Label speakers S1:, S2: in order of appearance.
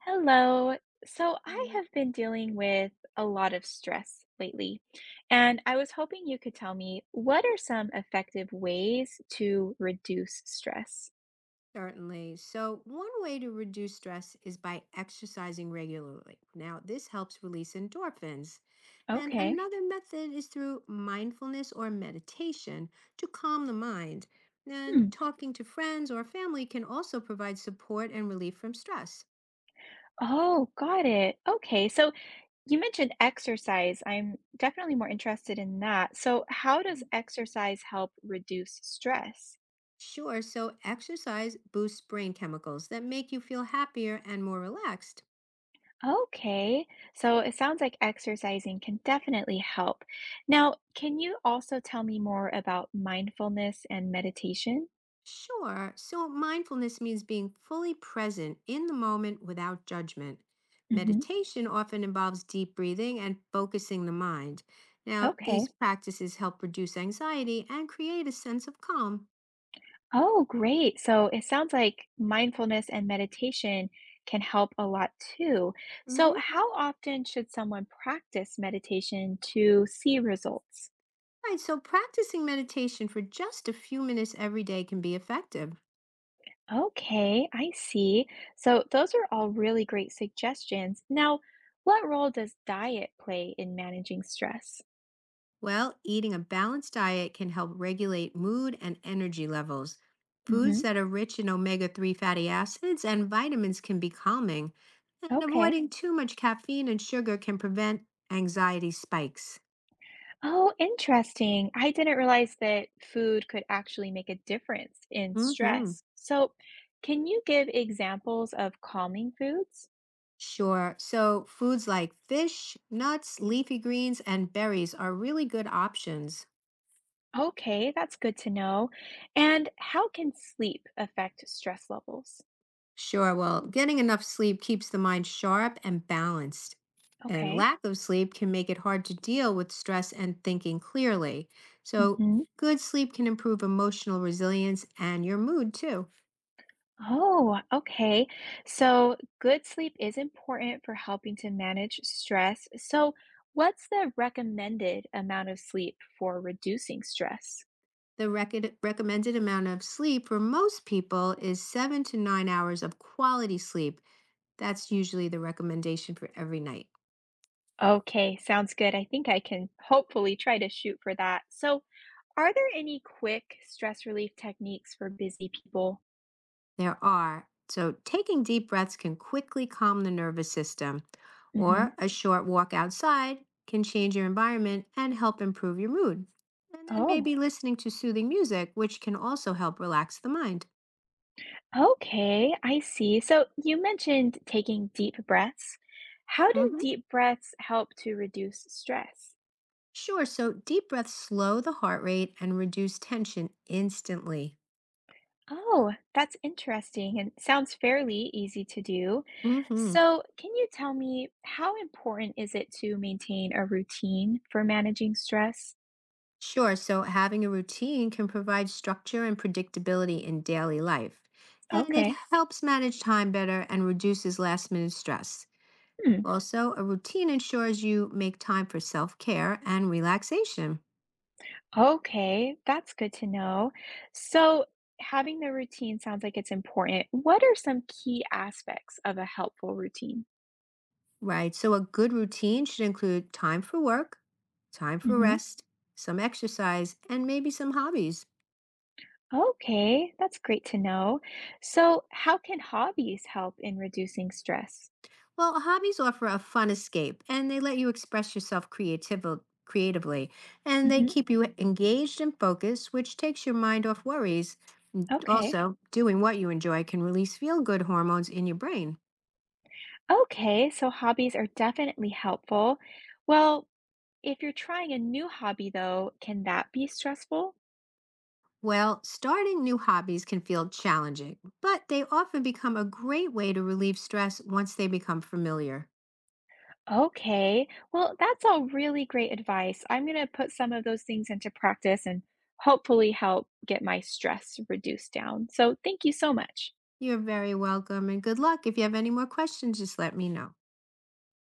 S1: Hello. So I
S2: Mm.
S1: have been dealing with a lot of stress lately, and I was hoping you could tell me, what are some effective ways to reduce stress?
S2: Certainly. So, one way to reduce stress is by exercising regularly. Now, this helps release endorphins. And
S1: Okay.
S2: another method is through mindfulness or meditation to calm the mind.
S1: Hmm.
S2: And talking to friends or family can also provide support and relief from stress.
S1: Oh, got it. Okay. So you mentioned exercise. I'm definitely more interested in that. So how does
S2: Mm.
S1: exercise help reduce stress?
S2: Sure, so exercise boosts brain chemicals that make you feel happier and more relaxed.
S1: Okay, so it sounds like exercising can definitely help. Now, can you also tell me more about mindfulness and meditation?
S2: Sure. So mindfulness means being fully present in the moment without judgment.
S1: Hmm.
S2: Meditation often involves deep breathing and focusing the mind. Now, these
S1: Okay.
S2: practices help reduce anxiety and create a sense of calm.
S1: Oh, great. So it sounds like mindfulness and meditation can help a lot too. So,
S2: Mhm.
S1: how often should someone practice meditation to see results?
S2: Right. So practicing meditation for just a few minutes every day can be effective.
S1: Okay, I see. So, those are all really great suggestions. Now, what role does diet play in managing stress?
S2: Well, eating a balanced diet can help regulate mood and energy levels. Foods
S1: Mhm.
S2: that are rich in omega 3 fatty acids and vitamins can be calming, and
S1: Okay.
S2: avoiding too much caffeine and sugar can prevent anxiety spikes.
S1: Oh, interesting. I didn't realize that food could actually make a difference in
S2: Hmm.
S1: stress. So, can you give examples of calming foods?
S2: Sure. So, foods like fish, nuts, leafy greens, and berries are really good options.
S1: Okay, that's good to know. And how can sleep affect stress levels?
S2: Sure. Well, getting enough sleep keeps the mind sharp and balanced, and
S1: Okay.
S2: lack of sleep can make it hard to deal with stress and thinking clearly. So,
S1: Mhm.
S2: good sleep can improve emotional resilience and your mood too.
S1: Oh, okay. So, good sleep is important for helping to manage stress. So, what's the recommended amount of sleep for reducing stress?
S2: The recommended amount of sleep for most people is 7 to 9 hours of quality sleep. That's usually the recommendation for every night.
S1: Okay, sounds good. I think I can hopefully try to shoot for that. So, are there any quick stress relief techniques for busy people?
S2: There are. So, taking deep breaths can quickly calm the nervous system,
S1: Hmm.
S2: or a short walk outside can change your environment and help improve your mood. And then
S1: Oh,
S2: maybe listening to soothing music, which can also help relax the mind.
S1: okay, I see. So, you mentioned taking deep breaths. How do
S2: Mhm.
S1: deep breaths help to reduce stress?
S2: Sure. So, deep breaths slow the heart rate and reduce tension instantly.
S1: Oh, that's interesting and sounds fairly easy to do.
S2: Hmm.
S1: So, can you tell me, how important is it to maintain a routine for managing stress?
S2: Sure. So, having a routine can provide structure and predictability in daily life, and it
S1: Okay.
S2: helps manage time better and reduces last minute stress.
S1: Hmm.
S2: Also, a routine ensures you make time for self care and relaxation,
S1: Okay, that's good to know. So, having the routine sounds like it's important. What are some key aspects of a helpful routine?
S2: right? So, a good routine should include time for work, time for
S1: Hmm.
S2: rest, some exercise, and maybe some hobbies.
S1: Okay, that's great to know. So, how can hobbies help in reducing stress?
S2: Well, hobbies offer a fun escape and they let you express yourself creatively, and they
S1: Hmm.
S2: keep you engaged and focused, which takes your mind off worries. And
S1: Okay.
S2: also, doing what you enjoy can release feel good hormones in your brain.
S1: Okay, so hobbies are definitely helpful. Well, if you're trying a new hobby, though, can that be stressful?
S2: Well, starting new hobbies can feel challenging, but they often become a great way to relieve stress once they become familiar.
S1: Okay. Well, that's all really great advice. I'm going to put some of those things into practice and hopefully help get my stress reduced down. So, thank you so much.
S2: You're very welcome and good luck. If you have any more questions, just let me know.